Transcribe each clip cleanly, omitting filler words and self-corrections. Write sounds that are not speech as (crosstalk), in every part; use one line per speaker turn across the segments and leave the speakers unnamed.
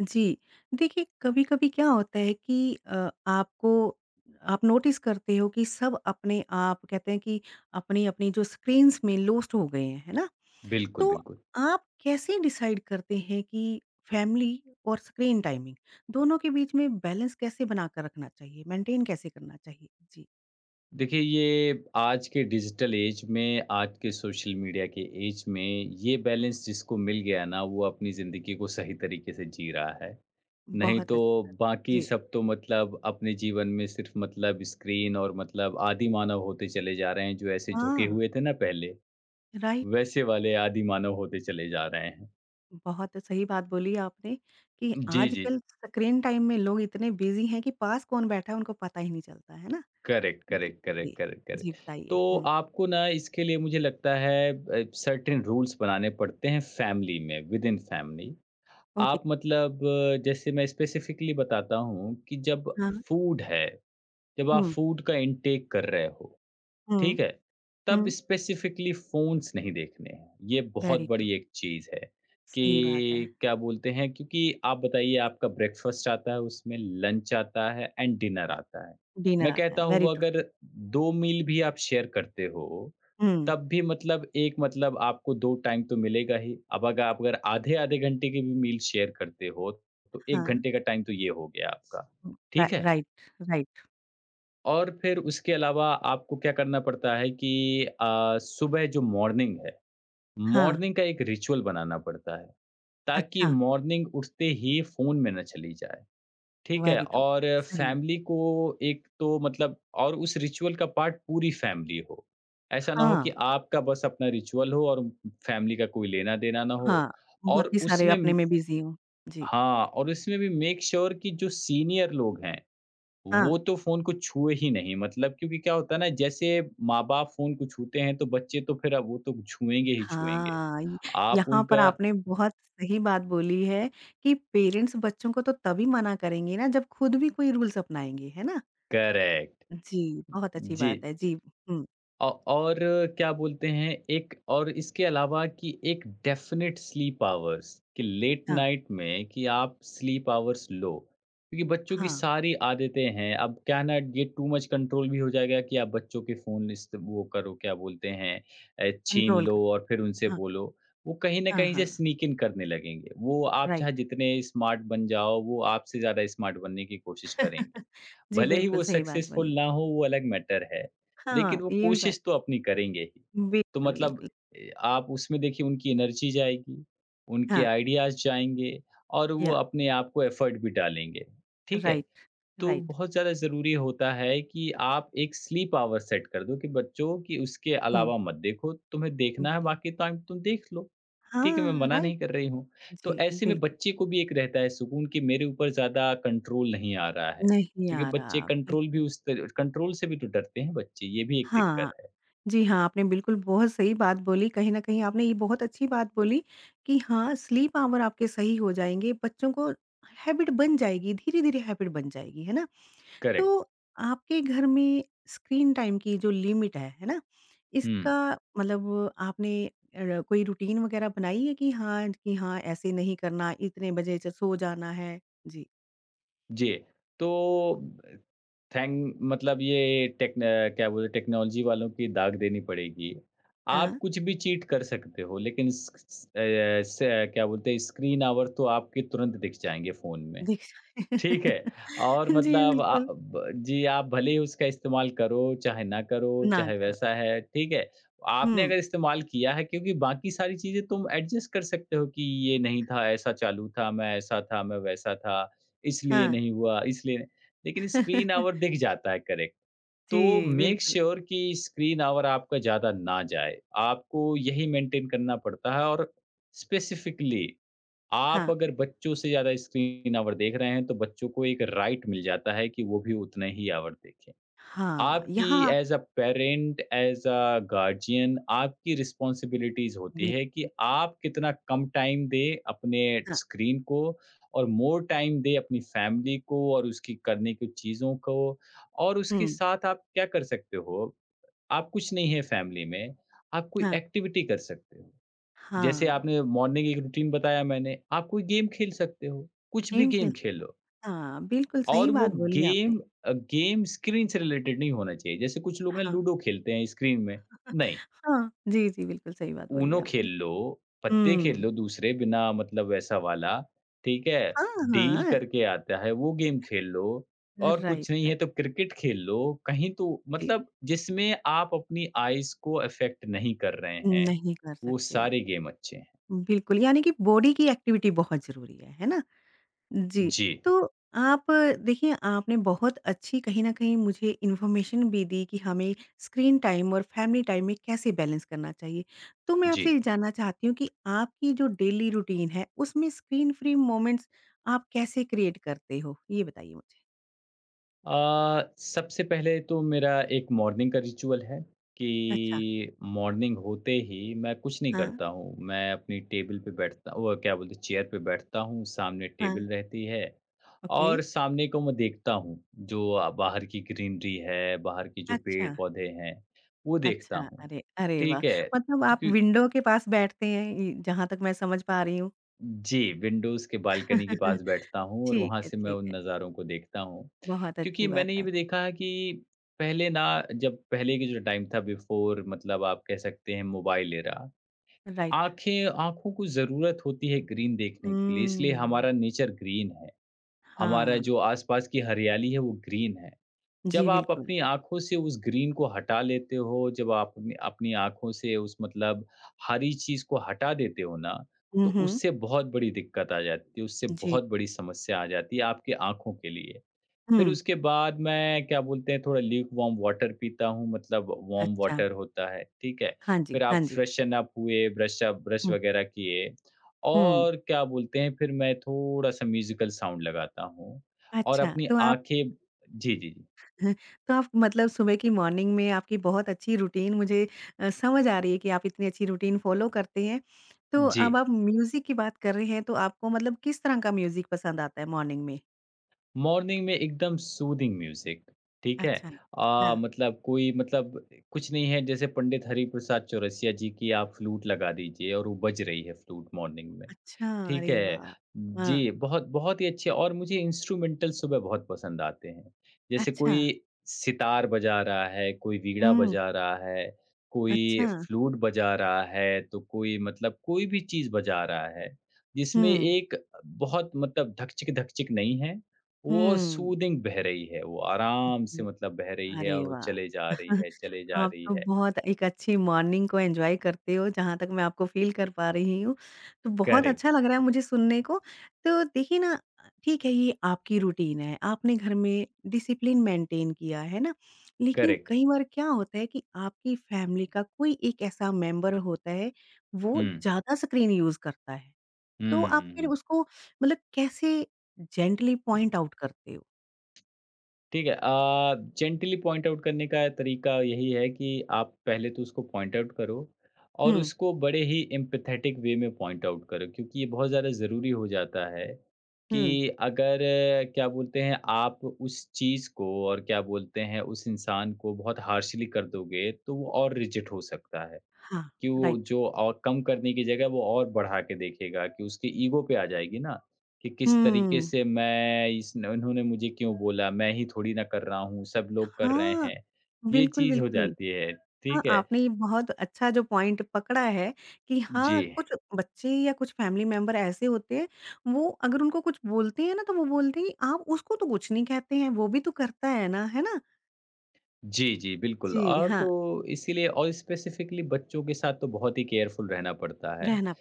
जी। देखिए, कभी-कभी क्या होता है कि अ, आपको आप नोटिस करते हो कि सब अपने आप कहते हैं कि अपनी-अपनी जो स्क्रीन्स में लॉस्ट हो गए हैं, है ना?
बिल्कुल,
तो
बिल्कुल।
आप कैसे डिसाइड करते हैं कि फैमिली और स्क्रीन टाइमिंग दोनों के बीच में बैलेंस कैसे बनाकर रखना चाहिए, मेंटेन कैसे करना चाहिए? जी,
देखिए, ये आज के डिजिटल ऐज में, आज के सोशल मीडिया के ऐज में, ये बैलेंस जिसको मिल गया ना, वो अपनी ज़िंदगी को सही तरीके से जी रहा है। नहीं
बहुत
तो
अच्छी बात। है।
बाकी
जी।
सब तो मतलब अपने जीवन में सिर्फ़ मतलब स्क्रीन और मतलब आदि मानव होते चले जा रहे हैं, जो ऐसे झुके
हाँ,
हुए थे ना पहले,
राइट।
वैसे वाले आदि मानव होते चले जा रहे हैं।
बहुत सही बात बोली आपने कि
जी, जी।
आजकल स्क्रीन टाइम में लोग इतने बिजी हैं कि पास कौन बैठा है उनको पता ही नहीं चलता, है ना?
करेक्ट,
जी,
करेक्ट, करेक्ट,
जी,
करेक्ट,
जी
करेक्ट। तो
बताइए। हुँ,
आपको ना इसके लिए मुझे लगता है सर्टेन रूल्स बनाने पड़ते हैं फैमिली में, विदिन फैमिली।
ओके।
आप मतलब जैसे मैं स्पेसिफिकली बताता हूँ कि जब
हाँ,
फूड है, जब आप
हुँ,
फूड का इंटेक कर रहे हो,
हुँ,
ठीक है? तब
हुँ,
स्पेसिफिकली फ़ोन्स नहीं देखने हैं, ये बहुत
वेरी ट्रू,
बड़ी एक चीज़ है
सही बात है।
कि क्या बोलते हैं, क्योंकि आप बताइए आपका ब्रेकफ़ास्ट आता है, उसमें लंच आता है एंड डिनर आता है।
डिनर
मैं
आता है,
कहता
वेरी
हूँ
ट्रू।
अगर 2 मील भी आप शेयर करते हो,
हुँ,
तब भी मतलब एक मतलब आपको 2 टाइम तो मिलेगा ही। अब अगर आप अगर आधे-आधे घंटे की भी मील शेयर करते हो, तो
हाँ,
1 घंटे का टाइम तो ये हो गया आपका,
रा
ठीक है?
Right, right.
और फिर उसके अलावा आपको क्या करना पड़ता है कि सुबह जो मॉर्निंग है,
हाँ,
मॉर्निंग का एक रिचुअल बनाना पड़ता है, ताकि
अच्छा,
मॉर्निंग उठते ही फ़ोन में ना चली जाए, ठीक है?
वेरी ट्रू,
और
सही है।
फैमिली को एक तो मतलब और उस रिचुअल का पार्ट पूरी फैमिली हो। ऐसा ना हो कि
हाँ,
आपका बस अपना रिचुअल हो और फैमिली का कोई लेना-देना ना हो,
हाँ,
और
बाकी सारे
उसमें
अपने में बिज़ी हों। जी,
हाँ, और इसमें भी मेक श्योर कि जो सीनियर लोग हैं, वो
हाँ।
तो फ़ोन को छुए ही नहीं, मतलब क्योंकि क्या होता है ना जैसे माँ-बाप फ़ोन को छूते हैं तो बच्चे तो फिर अब वो तो छुएँगे ही छुएँगे।
हाँ, य
आप
यहाँ पर
उनका।
आपने बहुत सही बात बोली है कि पेरेंट्स बच्चों को तो तभी मना करेंगे ना जब खुद भी कोई रूल्स अपनाएँगे, है ना?
करेक्ट।
जी, बहुत अच्छी
जी।
बात है। जी, हुँ,
औ और क्या बोलते हैं एक और इसके अलावा कि एक डेफ़िनिट स्लीप आवर्स, कि लेट
हाँ,
नाइट में कि आप स्लीप आवर्स लो। क्योंकि बच्चों की
हाँ,
सारी आदतें हैं, अब क्या है ना, ये टू मच कंट्रोल भी हो जाएगा कि आप बच्चों के फ़ोन इस्त वो करो, क्या बोलते हैं, छीन
कंट्रोल
लो
करें।
और फिर उनसे
हाँ,
बोलो। वो कहीं न
हाँ,
कहीं से
हाँ,
स्नीक इन करने लगेंगे। वो आप चाहे
राइट।
जितने स्मार्ट बन जाओ, वो आपसे ज़्यादा स्मार्ट बनने की कोशिश करेंगे।
(laughs) जी,
भले ही
बिल्कुल
वो
सही बात बोली।
सक्सेसफुल ना हो, वो अलग मैटर है।
हाँ,
लेकिन वो
ये भी बात
कोशिश तो अपनी करेंगे ही। तो
बिल्कुल,
मतलब
बिल्कुल।
आप उसमें देखिए उनकी एनर्जी जाएगी, उनके
हाँ,
आइडियाज़ जाएँगे और वो
या
अपने आप को एफ़र्ट भी डालेंगे, ठीक है?
राइट,
तो
राइट।
बहुत ज़्यादा ज़रूरी होता है कि आप एक स्लीप आवर सेट कर दो कि बच्चों, कि उसके
हुँ,
अलावा मत देखो, तुम्हें देखना है
बिल
बाकी टाइम तुम देख लो। ठीक है, मैं
हाँ,
मना
राइट।
नहीं कर रही हूँ। तो
जी,
ऐसे में
बिल्कुल।
बच्चे को भी एक रहता है सुकून कि मेरे ऊपर ज़्यादा कंट्रोल नहीं आ रहा है,
नहीं
क्योंकि
आ
बच्चे
रहा,
कंट्रोल भी
बिल्कुल।
उस त कंट्रोल से भी तो डरते हैं बच्चे, ये भी एक
हाँ।
दिक्कत है।
जी हाँ, आपने बिल्कुल बहुत सही बात बोली। कहीं न कहीं आपने ये बहुत अच्छी बात बोली कि हाँ, स्लीप आवर आपके सही हो जाएँगे, बच्चों को हैबिट बन जाएगी, धीरे-धीरे हैबिट बन जाएगी, है ना?
करेक्ट।
तो आपके घर में स्क्रीन टाइम की जो लिमिट है ना?
हुँ,
इसका मतलब आपने कोई रूटीन वग़ैरह बनाई है कि हाँ, ऐसे नहीं करना, इतने बजे से सो जाना है? जी।
जी। तो अ, थैंक मतलब ये क्या बोलते हैं, टेक्नोलॉजी वालों की दाग देनी पड़ेगी। आप
हाँ,
कुछ भी चीट कर सकते हो लेकिन स स अ, स क्या बोलते हैं, स्क्रीन आवर तो आपके तुरंत दिख जाएँगे फ़ोन में।
दीक्षा
ठीक है। और
(laughs) जी,
मतलब अ,
बिल्कुल।
ब जी, आप भले ही उसका इस्तेमाल करो, चाहे ना करो,
ना
चाहे
करो।
वैसा है, ठीक है? आपने
हुँ,
अगर इस्तेमाल किया है, क्योंकि बाकी सारी चीज़ें तुम एडजस्ट कर सकते हो कि ये नहीं था, ऐसा चालू था, मैं ऐसा था, मैं वैसा था, इसलिए
हाँ।
नहीं हुआ, इसलिए नहीं- लेकिन स्क्रीन
(laughs)
आवर दिख जाता है, करेक्ट। तो
जी,
मेक
बिल्कुल।
श्योर कि स्क्रीन आवर आपका ज़्यादा ना जाए। आपको यही मेंटेन करना पड़ता है, और स्पेसिफिकली, आप
हाँ,
अगर बच्चों से ज़्यादा स्क्रीन आवर देख रहे हैं, तो बच्चों को एक राइट मिल जाता है कि वो भी उतने ही आवर देखें।
हाँ,
आपकी
यहाँ
as a parent, as a guardian, आपकी रिस्पॉन्सिबिलिटीज़ होती है कि
बिल्कुल,
आप कितना कम टाइम दें अपने
हाँ,
स्क्रीन को और मोर टाइम दें अपनी फ़ैमिली को और उसकी करने की चीज़ों को। और उसके
हुँ,
साथ आप क्या कर सकते हो, आप कुछ नहीं है फ़ैमिली में, आप कोई
हाँ,
एक्टिविटी कर सकते हो। जैसे
हाँ,
आपने मॉर्निंग एक रूटीन बताया मैंने, आप कोई गेम खेल सकते हो, कुछ भी
गेम खेल
गेम
सकते हैं।
खेलो।
हाँ, बिल्कुल सही
और वो
बात बोली
गेम
आपने।
गेम स्क्रीन से रिलेटेड नहीं होना चाहिए। जैसे कुछ लोग ना
हाँ,
लूडो खेलते हैं स्क्रीन में,
(laughs)
नहीं,
हाँ, जी, जी, बिल्कुल सही बात बोली
ऊनो खेल
आपने।
लो, पत्ते खेल
हुँ,
लो दूसरे, बिना मतलब वैसा वाला, ठीक है?
हाँ,
डील
हाँ,
करके आता है वो गेम खेल लो। और
राइट,
कुछ नहीं है
राइट,
तो क्रिकेट खेल लो, कहीं तो
जी,
मतलब जिसमें आप अपनी आइज़ को अफ़ेक्ट नहीं कर रहे हैं,
नहीं कर
वो
सकते।
सारे गेम अच्छे हैं।
बिल्कुल, यानी कि बॉडी की एक्टिविटी बहुत ज़रूरी है ना? जी,
जी,
तो आप देखिए आपने बहुत अच्छी कहीं न कहीं मुझे इन्फॉर्मेशन भी दी कि हमें स्क्रीन टाइम और फैमिली टाइम में कैसे बैलेंस करना चाहिए। तो मैं आपसे
जी।
ये जानना चाहती हूँ कि आपकी जो डेली रूटीन है उसमें स्क्रीन फ्री मोमेंट्स आप कैसे क्रिएट करते हो? ये बताइए मुझे?
सबसे पहले तो मेरा एक मॉर्निंग का रिचुअल है
अच्छा,
कि मॉर्निंग होते ही मैं कुछ नहीं
हाँ,
करता हूँ। मैं अपनी टेबल पे बैठता, वो क्या बोलते हैं, चेयर पे बैठता हूँ, सामने
हाँ,
टेबल रहती है
ओके।
और सामने को मैं देखता हूँ, जो बाहर की ग्रीनरी है, बाहर की जो
अच्छा,
पेड़-पौधे हैं, वो देखता
अच्छा,
हूँ।
अरे, अरे वाह!
ठीक है?
मतलब
तो
आप
क्यों
विंडो के पास बैठते हैं इ जहाँ तक मैं समझ पा रही हूँ।
जी, विंडोज़ के बालकनी के
(laughs)
पास बैठता हूँ और
ठीक
वहाँ
है,
से मैं
ठीक है।
उन नज़ारों को देखता हूँ।
बहुत
क्योंकि
अच्छी बात
मैंने ये
है।
भी देखा है कि पहले ना, जब पहले के जो टाइम था, बिफ़ोर मतलब आप कह सकते हैं मोबाइल एरा,
राइट।
आँखें आँखों को ज़रूरत होती है ग्रीन देखने के लिए, इसलिए हमारा
हुँ।
नेचर ग्रीन है। हमारा
हाँ,
जो आस-पास की हरियाली है वो ग्रीन है।
जी
जब आप
बिल्कुल।
अपनी आँखों से उस ग्रीन को हटा लेते हो, जब आप अपनी अपनी आँखों से उस मतलब हरी चीज़ को हटा देते हो ना, तो
हुँ, हुँ,
उससे बहुत बड़ी दिक्कत आ जाती है, उससे
जी।
बहुत बड़ी समस्या आ जाती है आपकी आँखों के लिए। फिर
हुँ,
उसके बाद मैं, क्या बोलते हैं, थोड़ा ल्यूक वार्म वाटर पीता हूँ, मतलब वार्म
अच्छा।
वाटर होता है, ठीक है?
हाँ जी,
फिर
हाँ
आप
जी।
फ्रेशन अप हुए, ब्रश
हुँ,
वगैरह किए
हुँ।
और क्या बोलते हैं, फिर मैं थोड़ा-सा म्यूज़िकल साउंड लगाता हूँ और
अच्छा,
अपनी
तो आप
आँखें, जी, जी, जी।
(laughs) तो आप मतलब सुबह की मॉर्निंग में आपकी बहुत अच्छी रूटीन मुझे समझ आ रही है कि आप इतनी अच्छी रूटीन फ़ॉलो करते हैं। तो
जी।
अब आप म्यूज़िक की बात कर रहे हैं तो आपको मतलब किस तरह का म्यूज़िक पसंद आता है मॉर्निंग में?
मॉर्निंग में एकदम सूदिंग म्यूज़िक, ठीक है?
अच्छा, हाँ।
मतलब कोई मतलब कुछ नहीं है, जैसे पंडित हरिप्रसाद चौरसिया जी की आप फ्लूट लगा दीजिए और वो बज रही है फ्लूट मॉर्निंग में,
अच्छा,
ठीक
अरे
है?
वाह! हाँ,
जी, बहुत बहुत ही अच्छे, और मुझे इंस्ट्रूमेंटल सुबह बहुत पसंद आते हैं। जैसे
अच्छा।
कोई सितार बजा रहा है, कोई वीणा
हुँ,
बजा रहा है, कोई
अच्छा।
फ्लूट बजा रहा है, तो कोई मतलब कोई भी चीज़ बजा रहा है, जिसमें
हुँ,
एक, बहुत मतलब धकचिक-धकचिक नहीं है, वो
हुँ।
सूदिंग बह रही है, वो आराम से
जी,
मतलब बह रही है
अरे
और वो
वाह!
चले जा रही है, चले जा
आप
रही
तो
है।
बहुत एक अच्छी मॉर्निंग को एन्जॉय करते हो, जहाँ तक मैं आपको फ़ील कर पा रही हूँ। तो बहुत अच्छा
करेक्ट,
लग रहा है मुझे सुनने को। तो देखिए ना ठीक है ये आपकी रूटीन है, आपने घर में डिसिप्लिन मेंटेन किया, है ना? लेकिन
करेक्ट।
कई बार क्या होता है कि आपकी फैमिली का कोई एक ऐसा मेंबर होता है, वो
हुँ।
ज़्यादा स्क्रीन यूज़ करता है। तो
हुँ,
आप
हुँ,
फिर
हुँ।
उसको मतलब कैसे जेंटली पॉइंट आउट करते हो?
ठीक है। जेंटली पॉइंट आउट करने का तरीका यही है कि आप पहले तो उसको पॉइंट आउट करो और
हुँ,
उसको बड़े ही एम्पैथेटिक वे में पॉइंट आउट करो, क्योंकि ये बहुत ज़्यादा ज़रूरी हो जाता है कि
हुँ।
अगर, क्या बोलते हैं, आप उस चीज़ को और क्या बोलते हैं उस इंसान को बहुत हार्शली कर दोगे, तो वो और रिजेक्ट हो सकता है।
हाँ,
कि वो
राइट।
जो, और कम करने की जगह वो और बढ़ा के देखेगा, कि उसकी ईगो पे आ जाएगी ना, कि किस तरीके
हुँ।
से मैं इस इन्होंने मुझे क्यों बोला, मैं ही थोड़ी ना कर रहा हूँ, सब लोग कर रहे
हाँ।
हैं। ये
बिल्कुल,
चीज़ हो
बिल्कुल।
जाती है,
हाँ,
ठीक है।
आपने ये बहुत अच्छा जो पॉइंट पकड़ा है कि
जी,
हाँ, कुछ बच्चे या कुछ फैमिली मेंबर ऐसे होते हैं, वो अगर उनको कुछ बोलते हैं ना, तो वो बोलते हैं, "आप उसको तो कुछ नहीं कहते हैं, वो भी तो करता है ना।" है ना?
जी, जी, बिल्कुल।
जी,
और तो
हाँ,
इसीलिए और स्पेसिफिकली बच्चों के साथ तो बहुत ही केयरफुल रहना पड़ता है,
रहना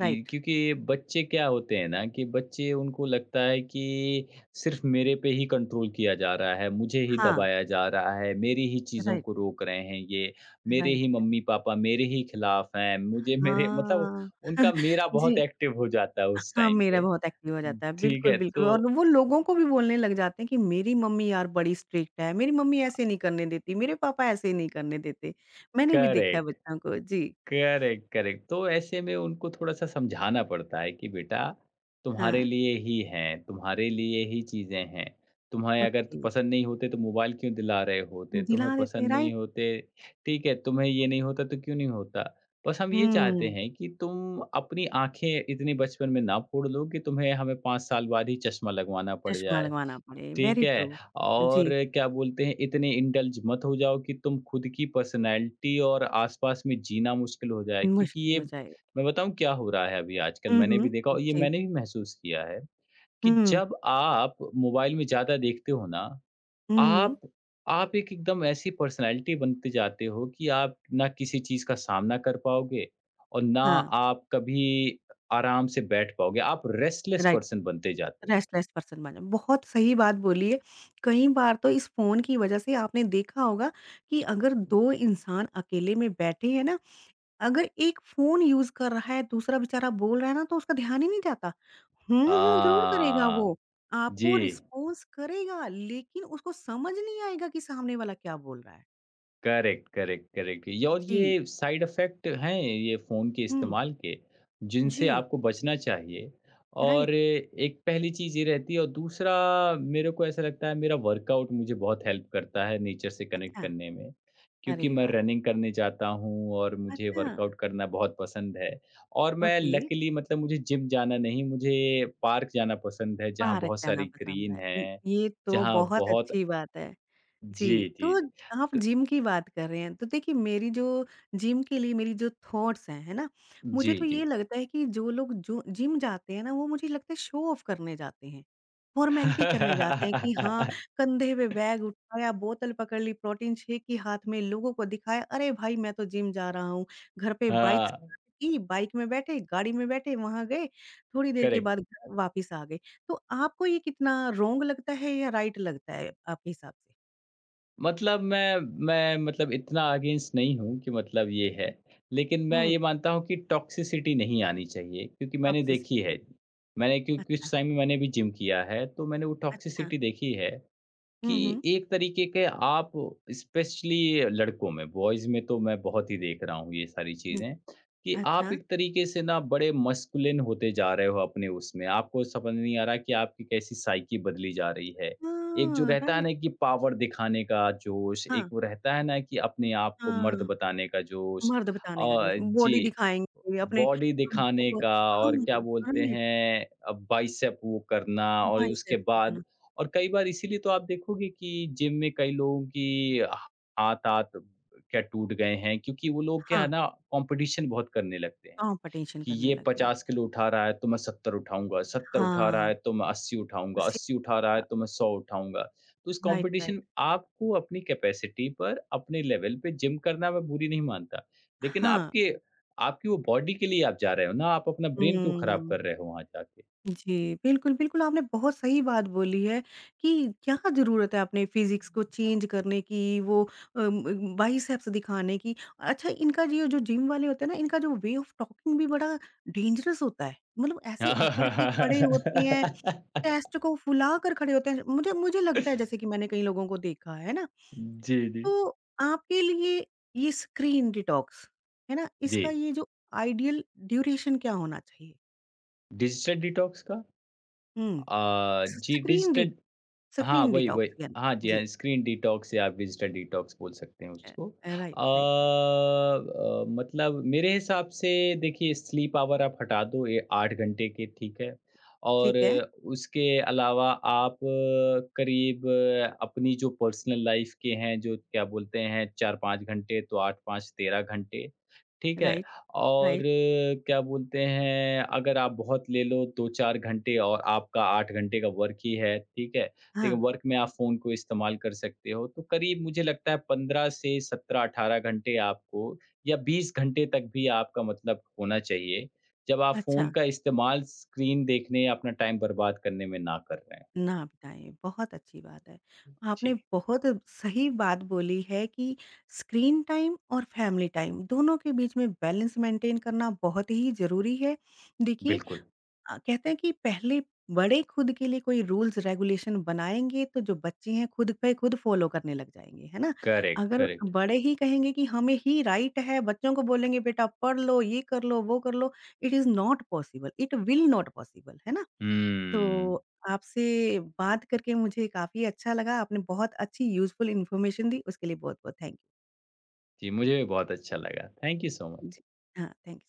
कि
राइट।
क्योंकि ये बच्चे क्या होते हैं ना, कि बच्चे, उनको लगता है कि सिर्फ मेरे पे ही कंट्रोल किया जा रहा है, मुझे ही
हाँ,
दबाया जा रहा है, मेरी ही चीज़ों
राइट,
को रोक रहे हैं ये, मेरे
राइट,
ही
राइट।
मम्मी-पापा मेरे ही खिलाफ हैं, मुझे मेरे मतलब,
हाँ।
उनका
(laughs)
मेरा बहुत
जी।
एक्टिव हो जाता है उस
हाँ,
टाइम
मेरा
पे।
बहुत एक्टिव हो जाता है।
ठीक
बिल्कुल,
है,
बिल्कुल और
तो
वो लोगों को भी बोलने लग जाते हैं कि मेरी मम्मी यार बड़ी स्ट्रिक्ट है, मेरी मम्मी
अ,
ऐसे नहीं करने देती, मेरे पापा ऐसे नहीं करने देते। मैंने भी देखा है
करेक्ट।
बच्चों को। जी,
करेक्ट, करेक्ट। तो ऐसे में उनको थोड़ा-सा समझाना पड़ता है कि बेटा, तुम्हारे
हाँ,
लिए ही हैं, तुम्हारे लिए ही चीज़ें हैं। तुम्हें अगर तो
ओके।
पसंद नहीं होते तो मोबाइल क्यों दिला रहे होते? तुम्हें
दिला देते हैं,
पसंद नहीं
राइट?
होते, ठीक है, तुम्हें ये नहीं होता तो क्यों नहीं होता? बस हम ये चाहते
हुँ,
हैं कि तुम अपनी आँखें इतनी बचपन में ना फोड़ लो कि तुम्हें, हमें 5 साल बाद ही चश्मा लगवाना पड़
चश्मा
जाए।
लगवाना पड़े,
ठीक
वेरी ट्रू।
है? और
जी,
क्या बोलते हैं, इतने इंडल्ज मत हो जाओ कि तुम खुद की पर्सनैलिटी और आस-पास में जीना मुश्किल हो जाए। क्योंकि
मुश्किल
ये,
हो जाए।
मैं बताऊँ क्या हो रहा है अभी आजकल,
हुँ,
मैंने
हुँ,
भी देखा और ये
जी।
मैंने भी महसूस किया है, कि
हुँ, हुँ,
जब आप मोबाइल में ज़्यादा देखते हो ना,
हुँ।
आप आप एक एकदम ऐसी पर्सनैलिटी बनते जाते हो कि आप ना किसी चीज़ का सामना कर पाओगे और ना
हाँ,
आप कभी आराम से बैठ पाओगे। आप रेस्टलेस
राइट।
पर्सन बनते जाते हो।
रेस्टलेस पर्सन बन जाओ। बहुत सही बात बोली है। कई बार तो इस फ़ोन की वज़ह से आपने देखा होगा कि अगर 2 इंसान अकेले में बैठे हैं ना, अगर एक फ़ोन यूज़ कर रहा है, दूसरा बेचारा बोल रहा है ना, तो उसका ध्यान ही नहीं जाता। हुँ, हुँ ज़रूर करेगा वो,
हाँ,
आपको
जी।
रिस्पॉन्स करेगा, लेकिन उसको समझ नहीं आएगा कि सामने वाला क्या बोल रहा है।
Correct, correct, correct. ये, और
जी।
ये साइड इफ़ेक्ट हैं ये फ़ोन के
हुँ,
इस्तेमाल के, जिनसे
जी,
आपको बचना चाहिए।
राइट।
और एक पहली चीज़ ये रहती है, और दूसरा, मेरे को ऐसा लगता है मेरा वर्कआउट मुझे बहुत हेल्प करता है नेचर से कनेक्ट
अच्छा,
करने में, क्योंकि
अरे
मैं
वाह!
रनिंग करने जाता हूँ और मुझे
अच्छा,
वर्कआउट करना बहुत पसंद है। और मैं
ओके,
लकीली, मतलब मुझे जिम जाना नहीं, मुझे पार्क जाना पसंद है, जहाँ
पार्क
बहुत
जाना
सारी
पसंद
ग्रीन
है। इ
है,
ये तो
जहाँ
बहुत
बहुत,
अच्छी बात है।
जी,
जी,
जी,
तो
जी।
आप
तो
जिम की बात कर रहे हैं, तो देखिए मेरी जो जिम के लिए मेरी जो थॉट्स हैं, है ना? मुझे
जी,
तो
जी।
ये लगता है कि जो लोग जो जिम जाते हैं ना, वो मुझे लगता है शो ऑफ करने जाते हैं, फॉर्मेलिटी करने जाते हैं कि हाँ,
(laughs)
कंधे पे बैग उठाया, बोतल पकड़ ली, प्रोटीन शेक ही हाथ में, लोगों को दिखाया, "अरे भाई, मैं तो जिम जा रहा हूँ।" घर पे बाइक
हाँ,
स्टार्ट की, (laughs) बाइक में बैठे, गाड़ी में बैठे, वहाँ गए, थोड़ी देर के
करेक्ट।
बाद घर वापिस आ गए। तो आपको ये कितना रॉन्ग लगता है या राइट लगता है आपके हिसाब से?
मतलब मैं मतलब इतना अगेंस्ट नहीं हूँ कि मतलब ये है। लेकिन मैं
हुँ।
ये मानता हूँ कि टॉक्सिसिटी नहीं आनी चाहिए, क्योंकि मैंने देखी है।
टॉक्सिसिटी।
मैंने, क्योंकि कुछ
अच्छा,
टाइम में मैंने भी जिम किया है, तो मैंने वो
अच्छा।
टॉक्सिसिटी देखी है।
हुँ,
कि
हुँ।
एक तरीके के आप, स्पेशली लड़कों में, बॉयज़ में तो मैं बहुत ही देख रहा हूँ ये सारी
हुँ,
चीज़ें, कि आप
अच्छा।
एक तरीके से ना बड़े मस्कुलिन होते जा रहे हो अपने उसमें। आपको समझ नहीं आ रहा कि आपकी कैसी साइकी बदली जा रही है। एक जो
हाँ,
रहता है
राइट।
ना कि पावर दिखाने का जोश,
हाँ,
एक वो रहता है ना कि अपने आप को मर्द
हाँ।
बताने का जोश,
मर्द बताने का जोश, बॉडी
जी,
दिखाएँगे अपने
बॉडी दिखाने
वो
का,
हाँ,
और क्या बोलते
राइट,
हैं, बाइसेप वो करना, और उसके
बाइसेप्स
बाद,
दिखाना।
और कई बार इसीलिए तो आप देखोगे कि जिम में कई लोगों की हाथ-हाथ क्या टूट गए हैं, क्योंकि वो लोग क्या
हाँ,
है ना, कॉम्पिटिशन बहुत करने लगते हैं,
कॉम्पिटिशन
कि
करने
ये
लग गए
50
हैं।
किलो उठा रहा है तो मैं 70 उठाऊँगा, 70 उठा
हाँ,
रहा है तो मैं 80 उठाऊँगा,
उसी
80 उठा रहा है
का
तो मैं 100 उठाऊँगा। तो उस
राइट, राइट।
कॉम्पिटिशन, आपको अपनी कैपेसिटी पर, अपने लेवल पे जिम करना मैं बुरी नहीं मानता, लेकिन
हाँ।
आपके आपकी वो बॉडी के लिए आप जा रहे हो ना, आप अपना ब्रेन क्यों खराब
हुँ।
कर रहे हो वहाँ जाके?
जी, बिल्कुल, बिल्कुल, आपने बहुत सही बात बोली है कि क्या ज़रूरत है अपने फिज़िक्स को चेंज करने की, वो बाइसेप्स दिखाने की। अच्छा, इनका ये जो जिम वाले होते हैं ना, इनका जो वे ऑफ टॉकिंग भी बड़ा डेंजरस होता है। मतलब ऐसे अकड़ के खड़े होते हैं, चेस्ट को फुलाकर खड़े होते हैं। मुझे मुझे लगता है
(laughs)
जैसे कि मैंने कई लोगों को देखा है ना?
जी, जी।
तो आपके लिए ये स्क्रीन डिटॉक्स, है ना?
जी,
इसका ये जो आइडियल ड्यूरेशन क्या होना चाहिए?
डिजिटल डिटॉक्स का?
हुँ, स
जी,
स्क्रीन डि
डिजिटल, हाँ,
स्क्रीन
वही, वही।
डिटॉक्स यानी
हाँ जी,
जी।
हाँ, स्क्रीन डिटॉक्स या आप डिजिटल डिटॉक्स बोल सकते हैं
अ
उसको।
Right, right, right.
मतलब मेरे हिसाब से देखिए, स्लीप आवर आप हटा दो ये 8 घंटे के, ठीक है? और
ठीक है,
उसके अलावा आप करीब अपनी जो पर्सनल लाइफ़ के हैं, जो क्या बोलते हैं, 4-5 घंटे, तो 8-5 13 घंटे, ठीक है?
राइट,
और
राइट।
क्या बोलते हैं, अगर आप बहुत ले लो 2-4 घंटे, और आपका 8 घंटे का वर्क ही है, ठीक है?
हाँ,
देखिए, वर्क में आप फ़ोन को इस्तेमाल कर सकते हो, तो करीब मुझे लगता है 15 से 17-18 घंटे आपको, या 20 घंटे तक भी आपका मतलब होना चाहिए, जब आप फ़ोन
अच्छा,
का इस्तेमाल स्क्रीन देखने या अपना टाइम बर्बाद करने में ना कर रहे हैं।
ना बिताएँ, बहुत अच्छी बात है। आपने
जी,
बहुत सही बात बोली है कि स्क्रीन टाइम और फैमिली टाइम, दोनों के बीच में बैलेंस मेंटेन करना बहुत ही ज़रूरी है। देखिए
बिल्कुल,
कहते हैं कि पहले बड़े खुद के लिए कोई रूल्स रेगुलेशन बनाएँगे तो जो बच्चे हैं खुद पे खुद फ़ॉलो करने लग जाएँगे, है ना?
करेक्ट,
अगर
करेक्ट।
बड़े ही कहेंगे कि हमें ही राइट है, बच्चों को बोलेंगे बेटा पढ़ लो, ये कर लो, वो कर लो, it is not possible, it will not possible, है ना? तो
हुँ,
आपसे बात करके मुझे काफ़ी अच्छा लगा, आपने बहुत अच्छी यूज़फुल इन्फॉर्मेशन दी, उसके लिए बहुत-बहुत थैंक
जी, मुझे भी बहुत अच्छा लगा। Thank you so
you.
Much.
जी, हाँ, थैंक यू।